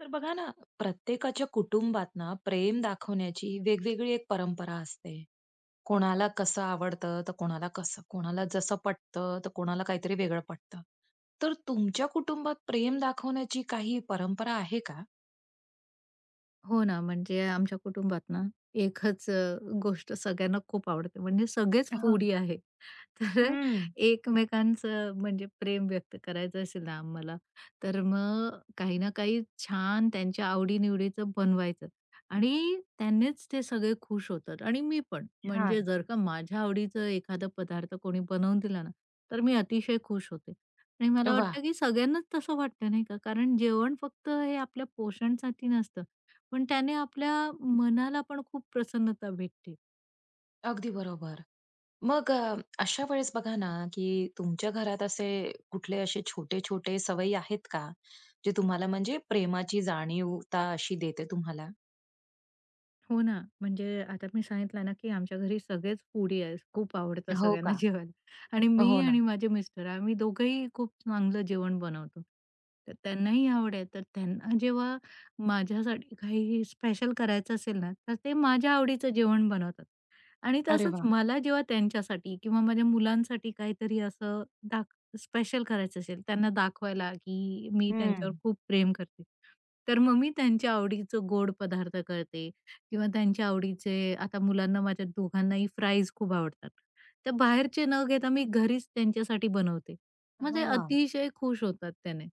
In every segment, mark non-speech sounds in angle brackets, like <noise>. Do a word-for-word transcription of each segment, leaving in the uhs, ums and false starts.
तर बघा ना, प्रत्येकाच्या कुटुंबात ना, प्रेम दाखवण्याची वेगवेगळी एक परंपरा असते. कोणाला कसं आवडतं, तर कोणाला कसं. कोणाला जसं पटतं, तर कोणाला काहीतरी वेगळं पटतं. तर तुमच्या कुटुंबात प्रेम दाखवण्याची काही परंपरा आहे का? हो ना, म्हणजे आमच्या कुटुंबात ना, एकच अ, गोष्ट सगळ्यांना खूप आवडते. म्हणजे सगळेच हां. फूडी आहे. <laughs> तर हं. एकमेकांचं म्हणजे प्रेम व्यक्त करायचं असेल ना आम्हाला, तर मग काही ना काही छान त्यांच्या आवडी-निवडीचं बनवायचं आणि त्यांनीच ते सगळे खुश होतात आणि मी पण. म्हणजे छान. जर का माझ्या आवडीचं एखादा पदार्थ कोणी बनवून दिला ना, तर मी अतिशय खुश होते आणि मला वाह! वाटतं की सगळ्यांनाच तसं वाटतं नाही का? कारण जेवण फक्त हे आपल्या पोषणासाठी नसतं. पण त्याने आपल्या मनाला पण खूप प्रसन्नता भेटते. अगदी बरोबर. मग अ, अशा वेळेस बघा ना, की तुमच्या घरात असे कुठले असे छोटे-छोटे सवयी आहेत का? जे तुम्हाला म्हणजे प्रेमाची जाणीवता अशी देते तुम्हाला? हो ना, म्हणजे आता मी सांगितलं ना, की आमच्या घरी सगळेच फूडी आहे. खूप आवडतं हो सगळ्यांना का? <laughs> जेवायला आणि मी हो ना. आणि माझे मिस्टर आम्ही दोघंही खूप चांगलं जेवण बनवतो. तर त्यांनाही आवड आहे. तर त्यांना जेव्हा माझ्यासाठी काही स्पेशल करायचं असेल ना, तर ते माझ्या आवडीचं जेवण बनवतात आणि अरे तसंच वाह! मला जेव्हा त्यांच्यासाठी किंवा माझ्या मुलांसाठी काहीतरी असं दाख स्पेशल करायचं असेल, त्यांना दाखवायला, की मी त्यांच्यावर हं. खूप प्रेम करते. तर मग मी त्यांच्या आवडीचं गोड पदार्थ करते किंवा त्यांच्या आवडीचे आता मुलांना माझ्या दोघांनाही फ्राईज खूप आवडतात. तर बाहेरचे न घेता मी घरीच त्यांच्यासाठी बनवते. म्हणजे हां. अतिशय खुश होतात त्याने.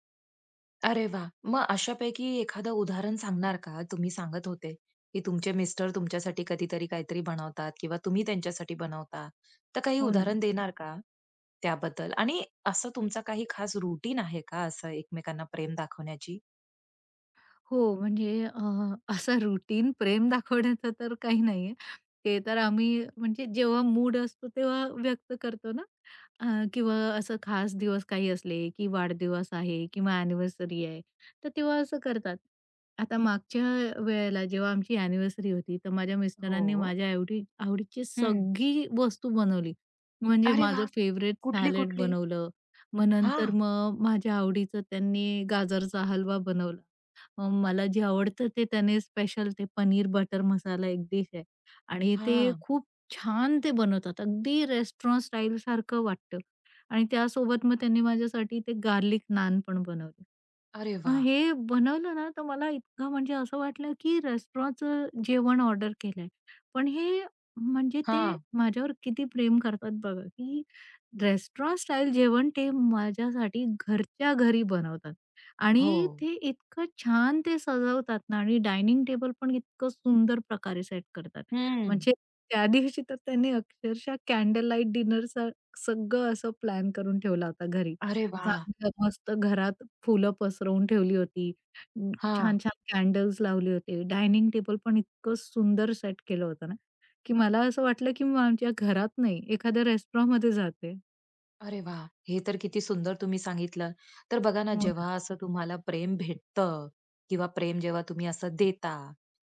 अरे वाह! मग अशापैकी एखादं उदाहरण सांगणार का? तुम्ही सांगत होते, की तुमचे मिस्टर तुमच्यासाठी कधीतरी काहीतरी बनवतात किंवा तुम्ही त्यांच्यासाठी बनवता. तर काही हो ना. उदाहरण देणार का त्याबद्दल? आणि असं तुमचा काही खास रूटीन आहे का असं एकमेकांना प्रेम दाखवण्याची? हो, म्हणजे अ, असा रुटीन प्रेम दाखवण्याचं तर काही नाहीये. ते तर आम्ही म्हणजे जेव्हा मूड असतो तेव्हा व्यक्त करतो ना, अ, किंवा असं खास दिवस काही असले, की वाढदिवस आहे किंवा अॅनिव्हर्सरी आहे, तर तेव्हा असं करतात. आता मागच्या वेळेला जेव्हा आमची अॅनिव्हर्सरी होती, तर माझ्या हो. मिस्टरांनी माझ्या आवडी आवडीची हं. सगळी वस्तू बनवली. म्हणजे अरे माझं वाह! फेव्हरेट सॅलड कुठली-कुठली? बनवलं. मग नंतर हां, मग माझ्या आवडीचं त्यांनी गाजरचा हलवा बनवला. अ, मला जे आवडतं ते त्याने स्पेशल ते पनीर बटर मसाला एक डिश आहे आणि ते हां. खूप छान ते बनवतात. अगदी रेस्टॉरंट स्टाईलसारखं वाटतं आणि त्यासोबत मग त्यांनी माझ्यासाठी ते गार्लिक नान पण बनवले. अरे मग वाह! हे बनवलं ना, तर मला इतकं म्हणजे असं वाटलं, की रेस्टॉरंटचं जेवण ऑर्डर केलंय. पण हे म्हणजे ते हां. माझ्यावर किती प्रेम करतात बघा, की रेस्टॉरंट स्टाईल जेवण ते माझ्यासाठी घरच्या घरी बनवतात. हो. आणि ते इतकं छान ते सजवतात ना आणि डायनिंग टेबल पण इतकं सुंदर प्रकारे सेट करतात. हं. म्हणजे त्या दिवशी तर त्यांनी अक्षरशः कॅन्डल लाईट डिनरचा सगळं असं प्लॅन करून ठेवला होता घरी. अरे वाह! चांगलं मस्त घरात फुलं पसरवून ठेवली होती. अं, हां. छान-छान कॅन्डल्स लावले होते. डायनिंग टेबल पण इतकं सुंदर सेट केलं होतं ना, की मला असं वाटलं की मी आमच्या घरात नाही, एखाद्या रेस्टॉरंटमध्ये जाते. अरे वा, हे तर किती सुंदर तुम्ही सांगितलं. तर बघा ना, हो ना. जेव्हा असं तुम्हाला प्रेम भेटतं किंवा प्रेम जेव्हा तुम्ही असं देता,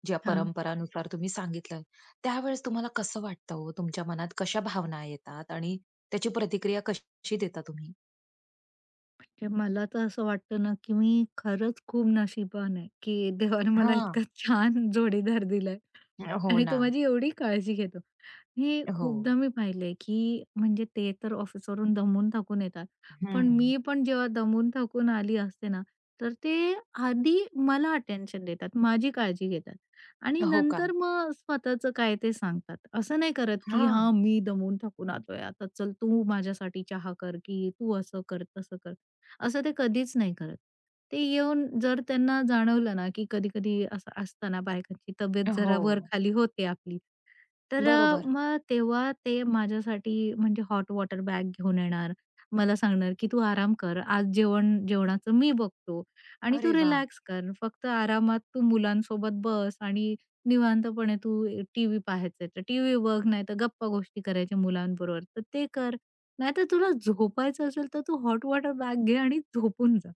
ज्या हां. परंपरानुसार तुम्ही सांगितलं, त्यावेळेस तुम्हाला कसं वाटतं हो? तुमच्या मनात कशा भावना येतात आणि त्याची प्रतिक्रिया कशी देता तुम्ही? म्हणजे मला तर असं वाटतं ना, की मी खरंच खूप नशीबवान आहे, की देवाने मला हां. इतका <laughs> छान जोडीदार दिलाय हो आणि ना. तो माझी एवढी काळजी घेतो. हे हो. खूपदा मी पाहिलंय, की म्हणजे ते तर ऑफिसवरून दमून थकून येतात. पण हं. मी पण जेव्हा दमून थकून आली असते ना, तर ते आधी मला अटेन्शन देतात, माझी काळजी घेतात आणि हो का? नंतर मग स्वतःचं काय ते सांगतात. असं नाही करत, की हां. "हां, मी दमून थाकून आलोय, आता चल तू माझ्यासाठी चहा कर, की तू असं कर, तसं कर." असं ते कधीच नाही करत. ते येऊन जर त्यांना जाणवलं ना, की कधी-कधी असं असतं ना, बायकांची तब्येत हो. जरा वर-खाली होते आपली. तर अ, बरोबर. मग तेव्हा ते माझ्यासाठी म्हणजे हॉट वॉटर बॅग घेऊन येणार. मला सांगणार, की "तू आराम कर. आज जेवण जेवणाचं मी बघतो आणि अरे तू वाह! रिलॅक्स कर. फक्त आरामात तू मुलांसोबत बस आणि निवांतपणे तू टीव्ही पाहायचंय तर टीव्ही बघ, नाहीतर गप्पा गोष्टी करायच्या मुलांबरोबर तर ते कर." नाहीतर तुला झोपायचं असेल, तर तू हॉट वॉटर बॅग घे आणि झोपून जा.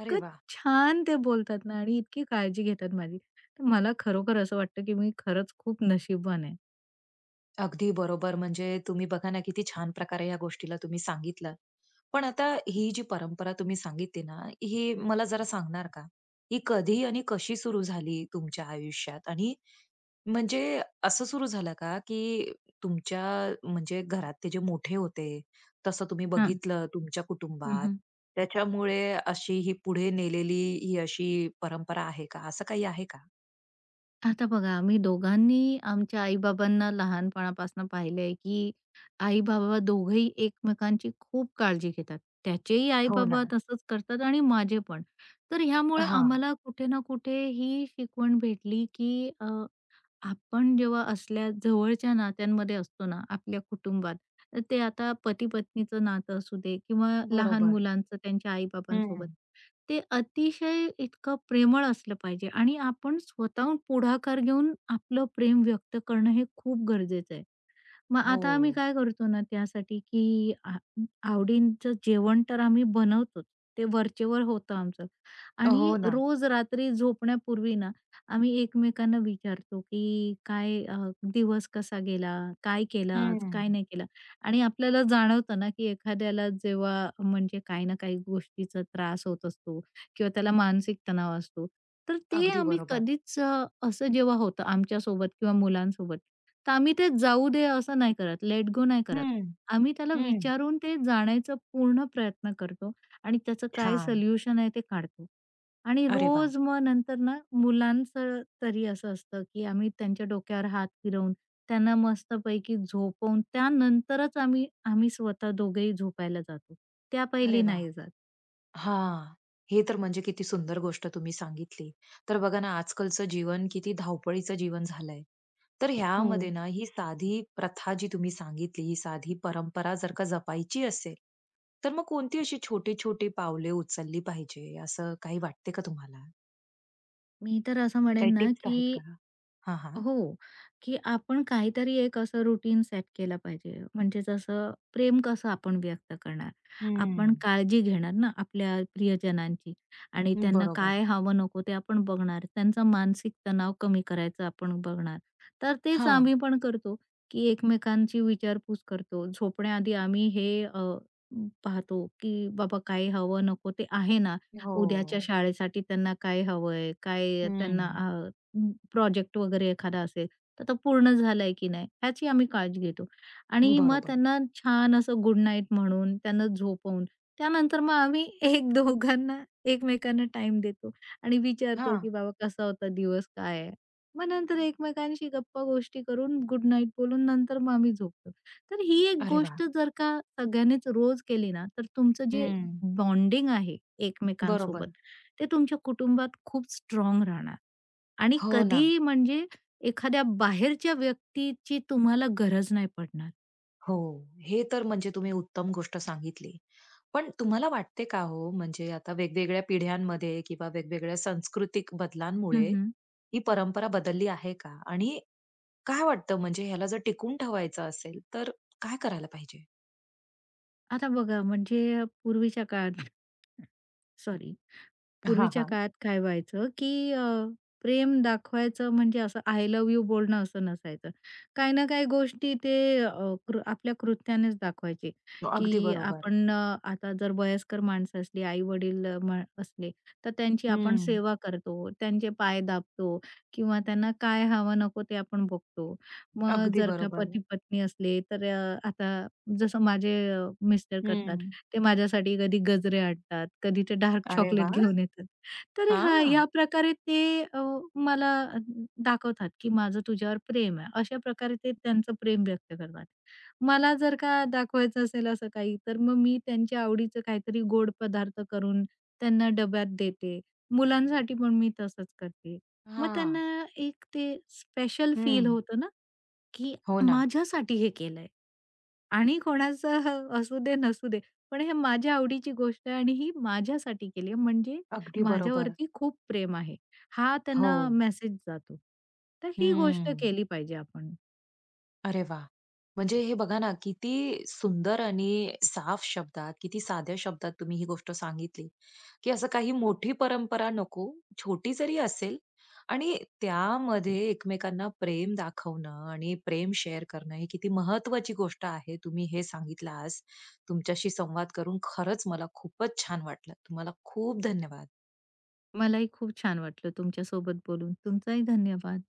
अरे वाह! छान ते बोलतात ना आणि इतकी काळजी घेतात माझी. तर मला खरोखर असं वाटतं, की मी खरंच खूप नशीबवान आहे. अगदी बरोबर. म्हणजे तुम्ही बघा ना, किती छान प्रकारे या गोष्टीला तुम्ही सांगितलं. पण आता ही जी परंपरा तुम्ही सांगितली ना, ही मला जरा सांगणार का? ही कधी आणि कशी सुरू झाली तुमच्या आयुष्यात? आणि म्हणजे असं सुरू झालं का, की तुमच्या म्हणजे घरात ते जे मोठे होते, तसं तुम्ही हां. बघितलं तुमच्या हं, कुटुंबात, हं. त्याच्यामुळे अशी ही पुढे नेलेली ही अशी परंपरा आहे का? असं काही आहे का? आता बघा, आम्ही दोघांनी आमच्या आई-बाबांना लहानपणापासून पाहिलंय, की आई-बाबा दोघंही एकमेकांची खूप काळजी घेतात. त्याचेही हो ना. आई-बाबा तसंच करतात आणि माझे पण. तर ह्यामुळे हां. आम्हाला कुठे ना कुठे ही शिकवण भेटली, की अ आपण जेव्हा असल्या जवळच्या नात्यांमध्ये असतो ना, आपल्या कुटुंबात, तर ते आता पती-पत्नीचं नातं असू दे किंवा लहान बरोबर. मुलांचं त्यांच्या आई-बाबांसोबत, हं. ते अतिशय इतकं प्रेमळ असलं पाहिजे आणि आपण स्वतःहून पुढाकार घेऊन आपलं प्रेम व्यक्त करणं हे खूप गरजेचं आहे. मग आता आम्ही हो. काय करतो ना त्यासाठी, की आ आवडीचं जेवण तर आम्ही बनवतोच. ते वरचेवर होतं आमचं हो आणि ना. रोज रात्री झोपण्यापूर्वी ना, आम्ही एकमेकांना विचारतो, की काय अ, दिवस कसा गेला? काय केला आज? हं. काय नाही केला आणि आपल्याला जाणवतं ना, की एखाद्याला जेव्हा म्हणजे काही ना काही गोष्टीचा त्रास होत असतो किंवा त्याला मानसिक तणाव असतो. तर ते अगदी आम्ही बरोबर. कधीच अ, असं जेव्हा होतं आमच्यासोबत किंवा मुलांसोबत, तर आम्ही ते जाऊ दे असं नाही करत, लेट गो नाही करत. हं, आम्ही त्याला हं. विचारून ते जाण्याचा पूर्ण प्रयत्न करतो आणि त्याचं काय छान. सोल्युशन आहे ते काढतो. आणि अरे वा. रोज मग नंतर ना मुलांचं तरी असं असतं, की आम्ही त्यांच्या डोक्यावर हात फिरवून, त्यांना मस्तपैकी झोपवून त्यानंतरच आम्ही आम्ही स्वतः दोघेही झोपायला जातो. त्या अरे पहिली वाह! नाही जात. हां. हे तर म्हणजे किती सुंदर गोष्ट तुम्ही सांगितली. तर बघा ना, आजकालचं जीवन किती धावपळीचं जीवन झालंय. तर हो. ह्यामध्ये ना, ही साधी प्रथा जी तुम्ही सांगितली, ही साधी परंपरा जर का जपायची असेल, तर मग कोणती अशी छोटी-छोटी पावले उचलली पाहिजे, असं काही वाटते का तुम्हाला? मी तर असं काही म्हणेन ना, टिप्स की आहेत का? हां, हां. हो, की आपण काहीतरी एक असं रूटीन सेट केलं पाहिजे. म्हणजे जसं प्रेम कसं आपण व्यक्त करणार? आपण हं. काळजी घेणार ना आपल्या प्रियजनांची आणि त्यांना बरोबर. काय हवं नको ते आपण बघणार. त्यांचा मानसिक तणाव कमी करायचा आपण बघणार. तर तेच हां. आम्ही पण करतो, की एकमेकांची विचारपूस करतो. झोपण्याआधी आम्ही हे अ, पाहतो, की बाबा काय हवं नको ते आहे ना? हो. उद्याच्या शाळेसाठी त्यांना काय हवंय? काय त्यांना हं. प्रोजेक्ट वगैरे एखादा असेल, तर तो पूर्ण झालाय की नाही ह्याची आम्ही काळजी घेतो. आणि मग बरोबर. त्यांना छान असं गुड नाईट म्हणून त्यांना झोपवून त्यानंतर मग आम्ही <laughs> एक दोघांना एकमेकांना टाइम देतो आणि विचारतो हां. की बाबा कसा होता दिवस, काय आहे? मग नंतर एकमेकांशी गप्पा-गोष्टी करून गुड नाईट बोलून नंतर मग आम्ही झोपतो. तर ही एक अरे वा, गोष्ट जर का सगळ्यांनीच रोज केली ना, तर तुमचं जे हं. बॉन्डिंग आहे बरोबर. एकमेकांसोबत, ते तुमच्या कुटुंबात खूप स्ट्राँग राहणार. आणि हो ना. कधी म्हणजे एखाद्या बाहेरच्या व्यक्तीची तुम्हाला गरज नाही पडणार. हो. हे तर म्हणजे तुम्ही उत्तम गोष्ट सांगितली. पण तुम्हाला वाटते का हो, म्हणजे आता वेगवेगळ्या पिढ्यांमध्ये किंवा वेगवेगळ्या सांस्कृतिक हं, बदलांमुळे हं. ही परंपरा बदलली आहे का? आणि काय वाटतं म्हणजे ह्याला जर टिकून ठेवायचं असेल, तर काय करायला पाहिजे? आता बघा म्हणजे पूर्वीच्या काळात <laughs> सॉरी हां, पूर्वीच्या हां. काळात काय व्हायचं, की अ, प्रेम दाखवायचं म्हणजे असं आय लव्ह यू बोलणं असं नसायचं. काही ना काही गोष्टी ते अ, कृ आपल्या कृत्यानेच दाखवायचे, अगदी की बरोबर. आपण अ, आता जर वयस्कर माणसं असली, आई-वडील अ, असले, तर त्यांची आपण हं. सेवा करतो, त्यांचे पाय दाबतो किंवा त्यांना काय हवं नको ते आपण बघतो. मग अगदी जर का बरोबर. पती-पत्नी असले, तर अ, आता जसं माझे अ, मिस्टर करतात, हं. ते माझ्यासाठी कधी गजरे आणतात, कधी ते डार्क अरे चॉकलेट वाह! घेऊन येतात. तर हां, हां. ह्या प्रकारे ते अ, मला अ, दाखवतात, की माझं तुझ्यावर प्रेम आहे. अशा प्रकारे ते त्यांचं प्रेम व्यक्त करतात. मला जर का दाखवायचं असेल असं काही, तर मग मी त्यांच्या आवडीचं काहीतरी गोड पदार्थ करून त्यांना डब्यात देते. मुलांसाठी पण मी तसंच करते. मग हां. त्यांना एक ते स्पेशल हं. फील होतं ना, की हो ना. माझ्यासाठी हे केलंय आणि कोणाचं <laughs> ह- असू दे नसू दे, पण हे माझ्या आवडीची गोष्ट आहे आणि ही माझ्यासाठी केली आहे म्हणजे अगदी बरोबर. माझ्यावरती खूप प्रेम आहे. हा हो. त्यांना मेसेज जातो. तर ही गोष्ट हम्म. केली पाहिजे आपण. अरे वाह! म्हणजे हे बघा ना, किती सुंदर आणि साफ शब्दात, किती साध्या शब्दात तुम्ही ही गोष्ट सांगितली, की असं काही मोठी परंपरा नको, छोटी जरी असेल आणि त्यामध्ये एकमेकांना प्रेम दाखवणं आणि प्रेम शेअर करणं ही किती महत्त्वाची गोष्ट आहे. तुम्ही हे सांगितलं आज. तुमच्याशी संवाद करून खरंच मला खूपच छान वाटलं. तुम्हाला खूप धन्यवाद. मलाही खूप छान वाटलं तुमच्यासोबत बोलून. तुमचाही धन्यवाद.